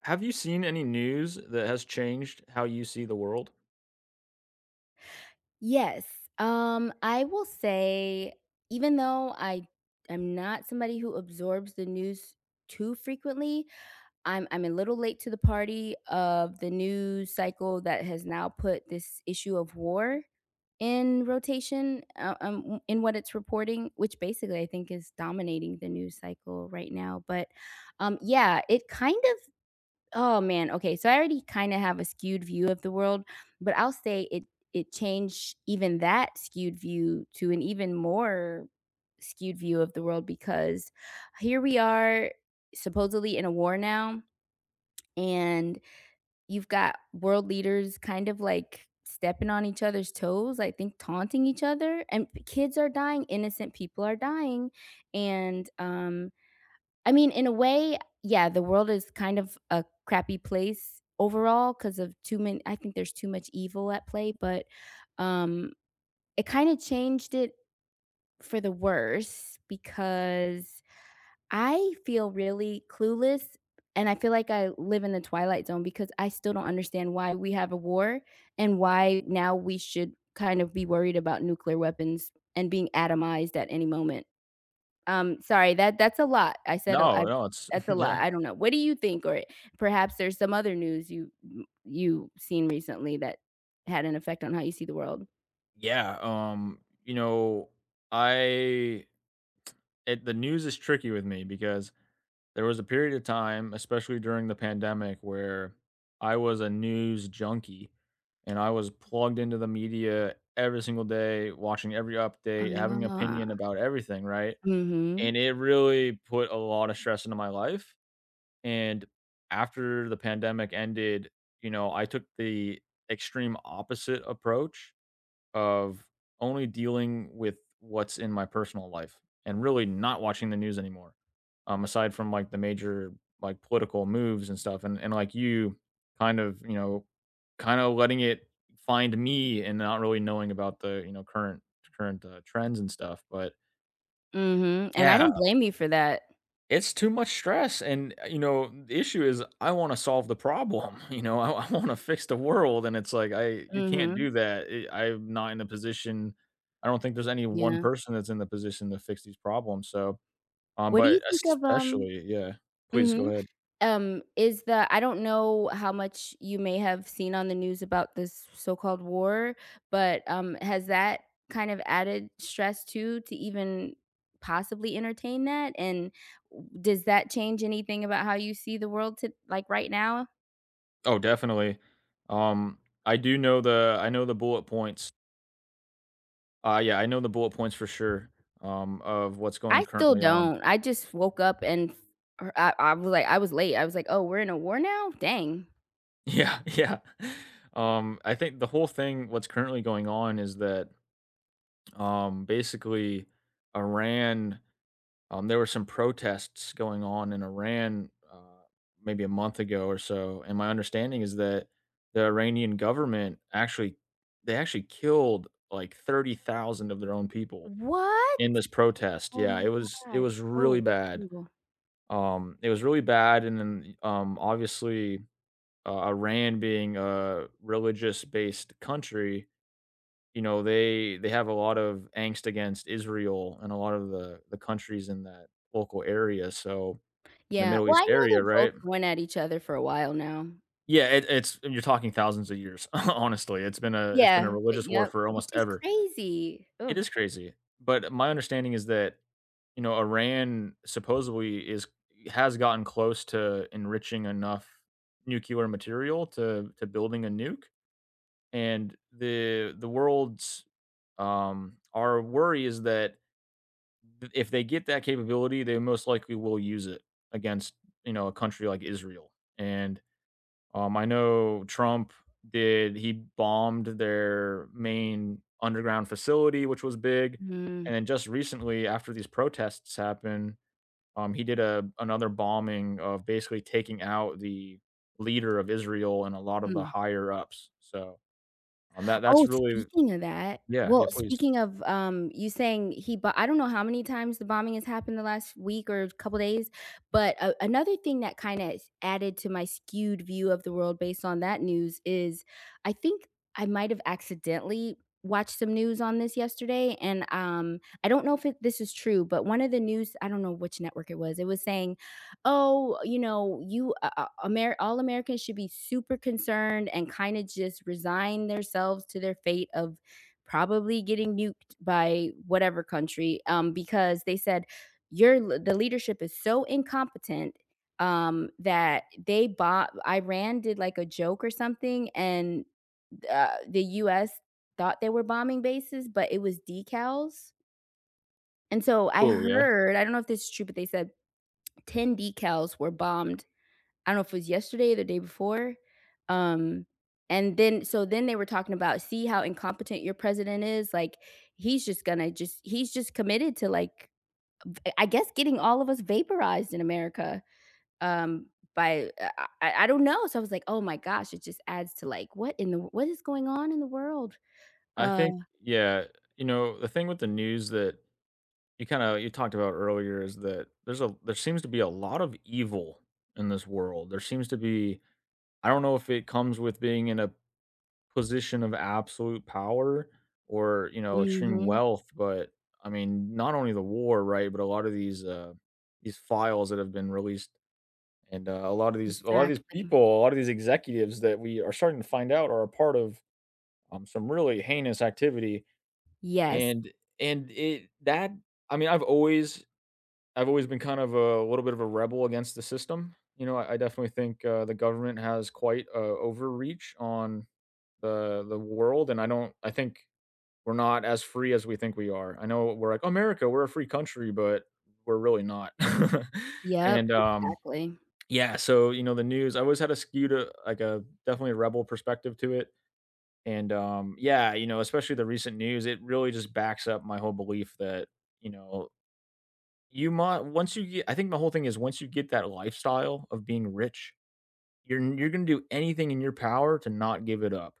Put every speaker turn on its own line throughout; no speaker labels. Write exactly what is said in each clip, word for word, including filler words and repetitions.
Have you seen any news that has changed how you see the world?
Yes. Um, I will say, even though I am not somebody who absorbs the news too frequently, I'm I'm a little late to the party of the news cycle that has now put this issue of war in rotation, uh, um, w- in what it's reporting, which basically I think is dominating the news cycle right now. But um, yeah, it kind of— oh man, okay. So I already kind of have a skewed view of the world, but I'll say it it changed even that skewed view to an even more skewed view of the world because here we are supposedly in a war now, and you've got world leaders kind of like stepping on each other's toes, I think taunting each other, and p- kids are dying, innocent people are dying. And um I mean, in a way, yeah, the world is kind of a crappy place overall because of too many— I think there's too much evil at play, but, um, it kinda changed it for the worse because I feel really clueless, and I feel like I live in the twilight zone because I still don't understand why we have a war and why now we should kind of be worried about nuclear weapons and being atomized at any moment. Um, sorry, that that's a lot. I said a
No,
I
no, it's
that's a
yeah.
lot. I don't know. What do you think? Or perhaps there's some other news you m you seen recently that had an effect on how you see the world?
Yeah, um, you know, I it, the news is tricky with me because there was a period of time, especially during the pandemic, where I was a news junkie, and I was plugged into the media every single day, watching every update, having opinion
Ah,
about everything, right?
mhm,
And it really put a lot of stress into my life. And after the pandemic ended, you know, I took the extreme opposite approach of only dealing with what's in my personal life and really not watching the news anymore. Um, aside from like the major like political moves and stuff, and and like you, kind of you know, kind of letting it find me and not really knowing about the you know current current uh, trends and stuff, but.
mhm, and I
Yeah.
don't blame you for that.
It's too much stress, and, uh, you know, the issue is I wanna solve the problem, you know, I I wanna fix the world, and it's like, I you can't
Mhm,
do that, eh, I'm not in a position. I don't think there's any one
yeah.
person that's in the position to fix these problems, so, um,
What do
but
you think of, um
especially yeah. Please go
mhm.
ahead.
Um, is the— I don't know how much you may have seen on the news about this so-called war, but, um, has that kind of added stress too to even possibly entertain that? And does that change anything about how you see the world to, like, right now?
Oh, definitely. Um, I do know the I know the bullet points. Uh, yeah, I know the bullet points for sure, um, of what's going
I still
currently on.
don't. I just woke up and f er, I I was like— I was late. I was like, "Oh, we're in a war now? Dang."
Yeah, yeah. Um, I think the whole thing what's currently going on is that um, basically, Iran. Um, there were some protests going on in Iran uh, maybe a month ago or so, and my understanding is that the Iranian government actually they actually killed like thirty thousand of their own people
What?
in this protest.
Oh
Yeah,
my
it was it
god.
was really
Oh, that's
bad.
terrible.
Um, it was really bad, and then um, obviously uh, Iran being a religious based country, you know, they they have a lot of angst against Israel and a lot of the the countries in that local area, so in the
Yeah.
Middle
Well,
East
I know
area,
they're both
right?
going at each other for a while now.
Yeah, it it's you're talking thousands of years, honestly. It's been a it's been a
Yeah, but
religious war
yep,
for
which
almost
is
ever.
crazy.
It
Ugh.
is crazy, but my understanding is that, you know, Iran supposedly is has gotten close to enriching enough nuclear material to to building a nuke, and the the world's um, our worry is that th- if they get that capability, they most likely will use it against, you know, a country like Israel. And um, I know Trump did he bombed their main underground facility, which was big. And
Mm,
then just recently, after these protests happened, um, he did a another bombing of basically taking out the leader of Israel and a lot of the
hmm.
higher ups. So um, that that's
Oh,
really
speaking of that—
yeah. yeah
well,
please
speaking of, um, you saying he— but I don't know how many times the bombing has happened the last week or couple days, but a another thing that kinda added to my skewed view of the world based on that news is, I think I might have accidentally watched some news on this yesterday, and, um, I don't know if it this is true, but one of the news— I don't know which network it was, it was saying, oh, you know, you uh, uh, Amer- all Americans should be super concerned and kind of just resign themselves to their fate of probably getting nuked by whatever country, um, because they said your l- the leadership is so incompetent, um, that they bought— Iran did like a joke or something, and uh, the U S thought they were bombing bases, but it was decals. And so I
Oh yeah.
heard, I don't know if this is true, but they said ten decals were bombed. I don't know if it was yesterday or the day before. Um, and then so then they were talking about, see how incompetent your president is. Like, he's just gonna just— he's just committed to, like, I I guess getting all of us vaporized in America. Um by uh, I, I I don't know. So I was like, oh my gosh, it just adds to like, what in the— what is going on in the world?
I
Uh,
think yeah, you know, the thing with the news that you kind of you talked about earlier is that there's a there seems to be a lot of evil in this world. There seems to be, I don't know if it comes with being in a position of absolute power or, you know, extreme
mhm,
wealth, but I mean not only the war, right, but a lot of these uh, these files that have been released, and uh, a lot of these a lot of these
exactly.
people, a lot of these executives that we are starting to find out are a part of um, some really heinous activity.
Yes.
And and it that I mean, I've always I've always been kind of a little bit of a rebel against the system. You know, I, I definitely think uh, the government has quite a overreach on the the world, and I don't. I think we're not as free as we think we are. I know we're like America, we're a free country, but we're really not. And
Yep,
um,
exactly.
yeah, so you know, the news. I always had a skewed, uh, like a definitely a rebel perspective to it. And um, yeah, you know, especially the recent news, it really just backs up my whole belief that, you know, you might once you get I think my whole thing is once you get that lifestyle of being rich, you're n you're gonna do anything in your power to not give it up.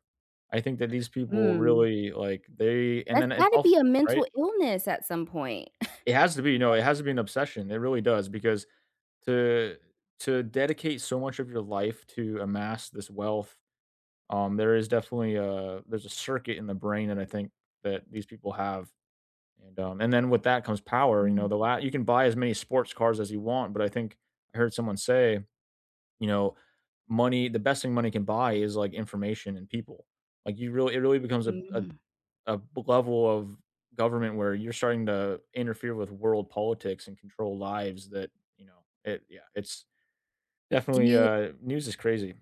I think that these people
Mm.
really, like, they and
That's
then it's
gotta
all
be a
right?
mental illness at some point.
It has to be, no, it has to be an obsession, it really does, because to to dedicate so much of your life to amass this wealth, um, there is definitely a there's a circuit in the brain that I think that these people have. And, um, and then with that comes power, you know, the la you can buy as many sports cars as you want, but I think I heard someone say, you know, money the best thing money can buy is, like, information and people. Like, you really it really becomes a a
Mhm.
a level of government where you're starting to interfere with world politics and control lives that, you know, it yeah, it's
Do
definitely,
you
uh news is crazy.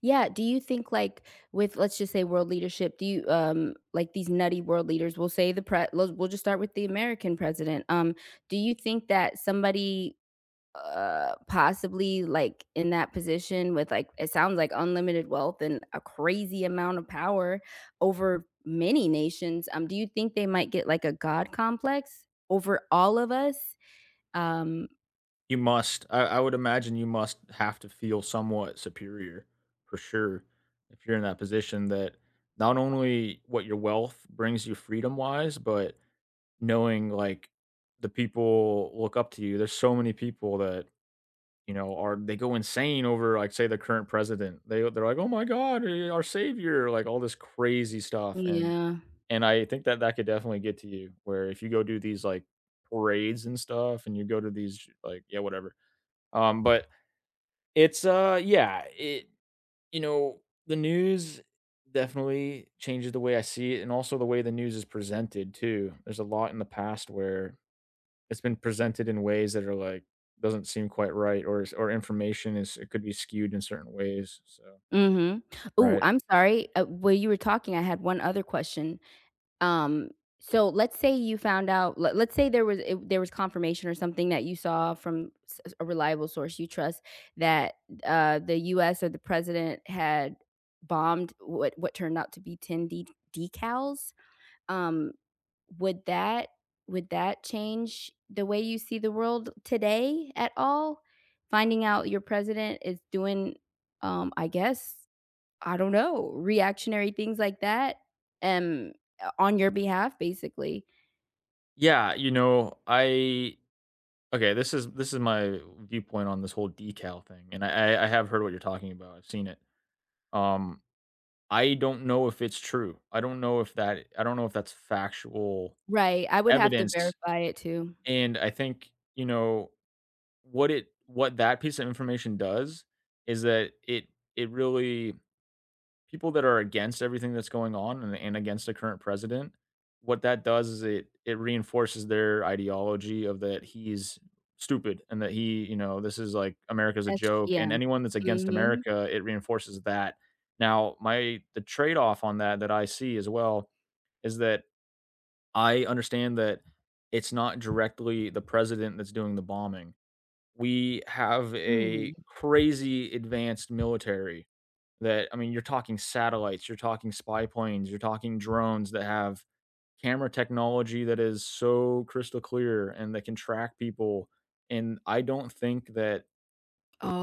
yeah, do you think, like, with, let's just say, world leadership, do you, um like, these nutty world leaders, we'll say the pre let we'll just start with the American president, um, do you think that somebody, uh, possibly, like, in that position with, like, it sounds like unlimited wealth and a crazy amount of power over many nations, um, do you think they might get, like, a god complex over all of us? Um,
You must. I, I would imagine you must have to feel somewhat superior for sure if you're in that position that not only what your wealth brings you freedom wise, but knowing, like, the people look up to you. There's so many people that, you know, are they go insane over like say the current president. They they're like, "Oh my god, eh, our savior," like all this crazy stuff. and
yeah.
and I think that that could definitely get to you where if you go do these like parades and stuff and you go to these like yeah, whatever um, but it's uh yeah, it, you know, the news definitely changes the way I see it and also the way the news is presented too. There's a lot in the past where it's been presented in ways that are like doesn't seem quite right or is- or information is it could be skewed in certain ways. So,
Mhm. Oh,
right.
I'm sorry, uh, while you were talking, I had one other question. Um, so let's say you found out— let let's say there was— it there was confirmation or something that you saw from s s- a reliable source you trust that, uh, the U S or the president had bombed what— what turned out to be ten de decals. Um, would that— would that change the way you see the world today at all? Finding out your president is doing, um, I guess, I don't know, reactionary things like that, um, uh, on your behalf, basically.
Yeah, you know, I okay, this is this is my viewpoint on this whole decal thing, and I I I have heard what you're talking about. I've seen it. Um, I don't know if it's true. I don't know if that I don't know if that's factual
Right, I would have to
evidence,
verify it too.
and I think, you know, what it what that piece of information does is that it it really people that are against everything that's going on, and, and against the current president, what that does is it it reinforces their ideology of that he's stupid and that he, you know, this is like America's a
That's—
joke.
yeah,
And anyone that's against
mhm,
America, it reinforces that. Now, my the trade-off on that that I see as well is that I understand that it's not directly the president that's doing the bombing. We have a
mm.
crazy advanced military that, I mean, you're talking satellites, you're talking spy planes, you're talking drones that have camera technology that is so crystal clear and that can track people. And I don't think that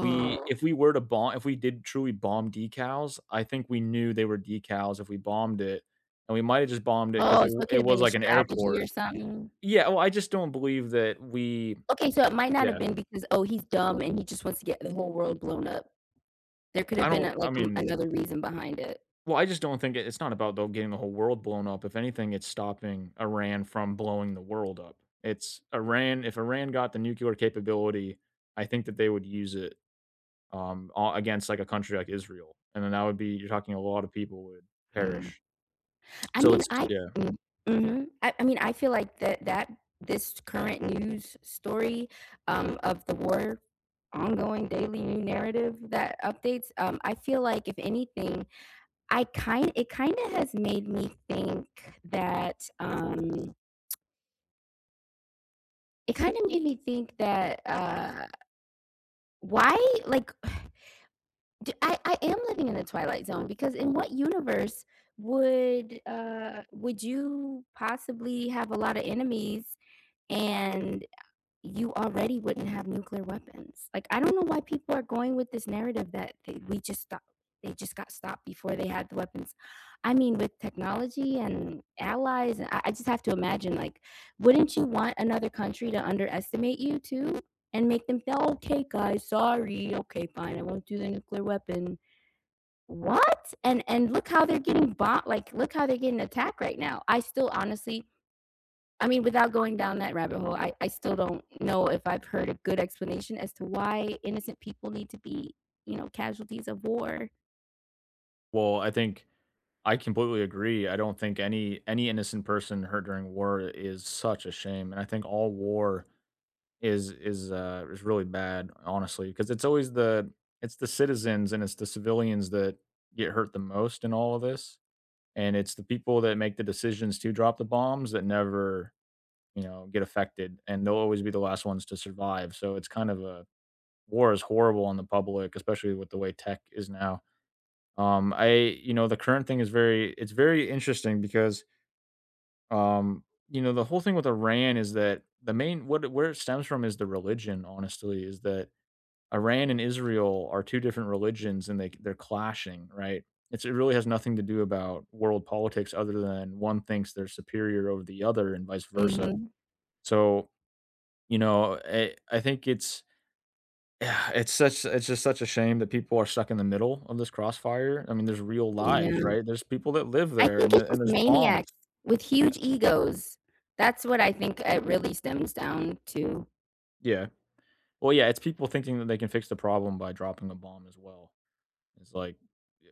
we, if we were to bomb, if we did truly bomb decals, I think we knew they were decals if we bombed it. And we might have just bombed it because
Oh,
it,
so
w-
it could
it
have
was
been a
like an
strategy
airport.
or something?
Yeah. Well, I just don't believe that we,
Okay, so it might not have
yeah,
been because, "Oh, he's dumb and he just wants to get the whole world blown up." There could
I
have been
don't,
a,
I
like, m
mean,
another reason behind it.
well, I just don't think it it's not about, though, getting the whole world blown up. If anything, it's stopping Iran from blowing the world up. It's Iran if Iran got the nuclear capability, I think that they would use it, um, a against, like, a country like Israel, and then that would be you're talking a lot of people would
Hmm,
perish.
I
So
mean,
it's
I—
yeah.
mm, mhm, I I mean, I feel like that— that this current news story, um, of the war, ongoing daily new narrative that updates, um, I feel like, if anything, I kind— it kinda has made me think that, um it kinda made me think that, uh, why, like, d I I am living in the twilight zone, because in what universe would, uh would you possibly have a lot of enemies and you already wouldn't have nuclear weapons? Like, I don't know why people are going with this narrative that they— we just stop— they just got stopped before they had the weapons. I mean, with technology and allies, I, I just have to imagine, like, wouldn't you want another country to underestimate you too and make them feel, okay, guys, sorry, okay, fine, I won't do the nuclear weapon. What? And and look how they're getting bought. Like, look how they're getting attacked right now. I still honestly— I mean, without going down that rabbit hole, I, I still don't know if I've heard a good explanation as to why innocent people need to be, you know, casualties of war.
Well, I think I completely agree. I don't think any any innocent person hurt during war is such a shame, and I think all war Is is, uh, is really bad, honestly, because it's always the it's the citizens and it's the civilians that get hurt the most in all of this, and it's the people that make the decisions to drop the bombs that never, you know, get affected, and they'll always be the last ones to survive, so it's kind of a war is horrible on the public, especially with the way tech is now. Um, I, you know, the current thing is very it's very interesting because, um, you know, the whole thing with Iran is that the main what where it stems from is the religion, honestly, is that Iran and Israel are two different religions and they they're clashing, right? It's it really has nothing to do about world politics other than one thinks they're superior over the other and vice versa.
Mhm.
So, you know, I I think it's yeah, it's such it's just such a shame that people are stuck in the middle of this crossfire. I mean, there's real lives,
Yeah.
right? There's people that live
I
there
think
and
it's
the and
just
there's bombs.
maniacs with huge egos. That's what I think it really stems down to.
Yeah. Well, yeah, it's people thinking that they can fix the problem by dropping a bomb as well. It's like,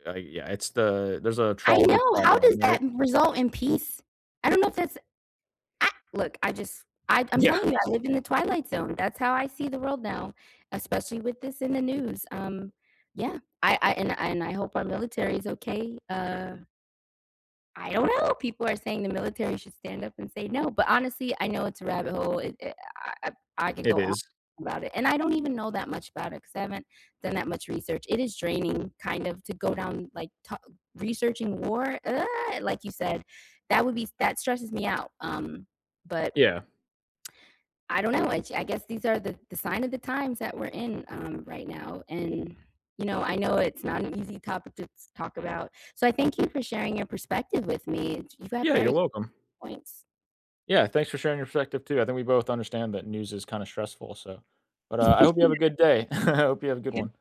I yeah, it's the there's a
I
trolley
know. How does
problem, right?
that result in peace? I don't know if that's— I look, I just I I'm
Yeah.
telling you, I live in the twilight zone. That's how I see the world now, especially with this in the news. Um, yeah, I I and and I hope our military is okay. Uh, I don't know. People are saying the military should stand up and say no, but honestly, I know it's a rabbit hole. It, it, I, I I could
It
go on
is.
about it, and I don't even know that much about it because I haven't done that much research. It is draining, kind of, to go down like ta researching war. Uh, like you said, that would be that stresses me out. Um, but
Yeah.
I don't know. I I guess these are the, the sign of the times that we're in, um, right now. And, you know, I know it's not an easy topic to talk about. So I thank you for sharing your perspective with me. You have
Yeah,
very
you're
good
welcome.
points.
Yeah, thanks for sharing your perspective too. I think we both understand that news is kinda stressful, so but, uh, I hope you have a good day. I hope you have a good one.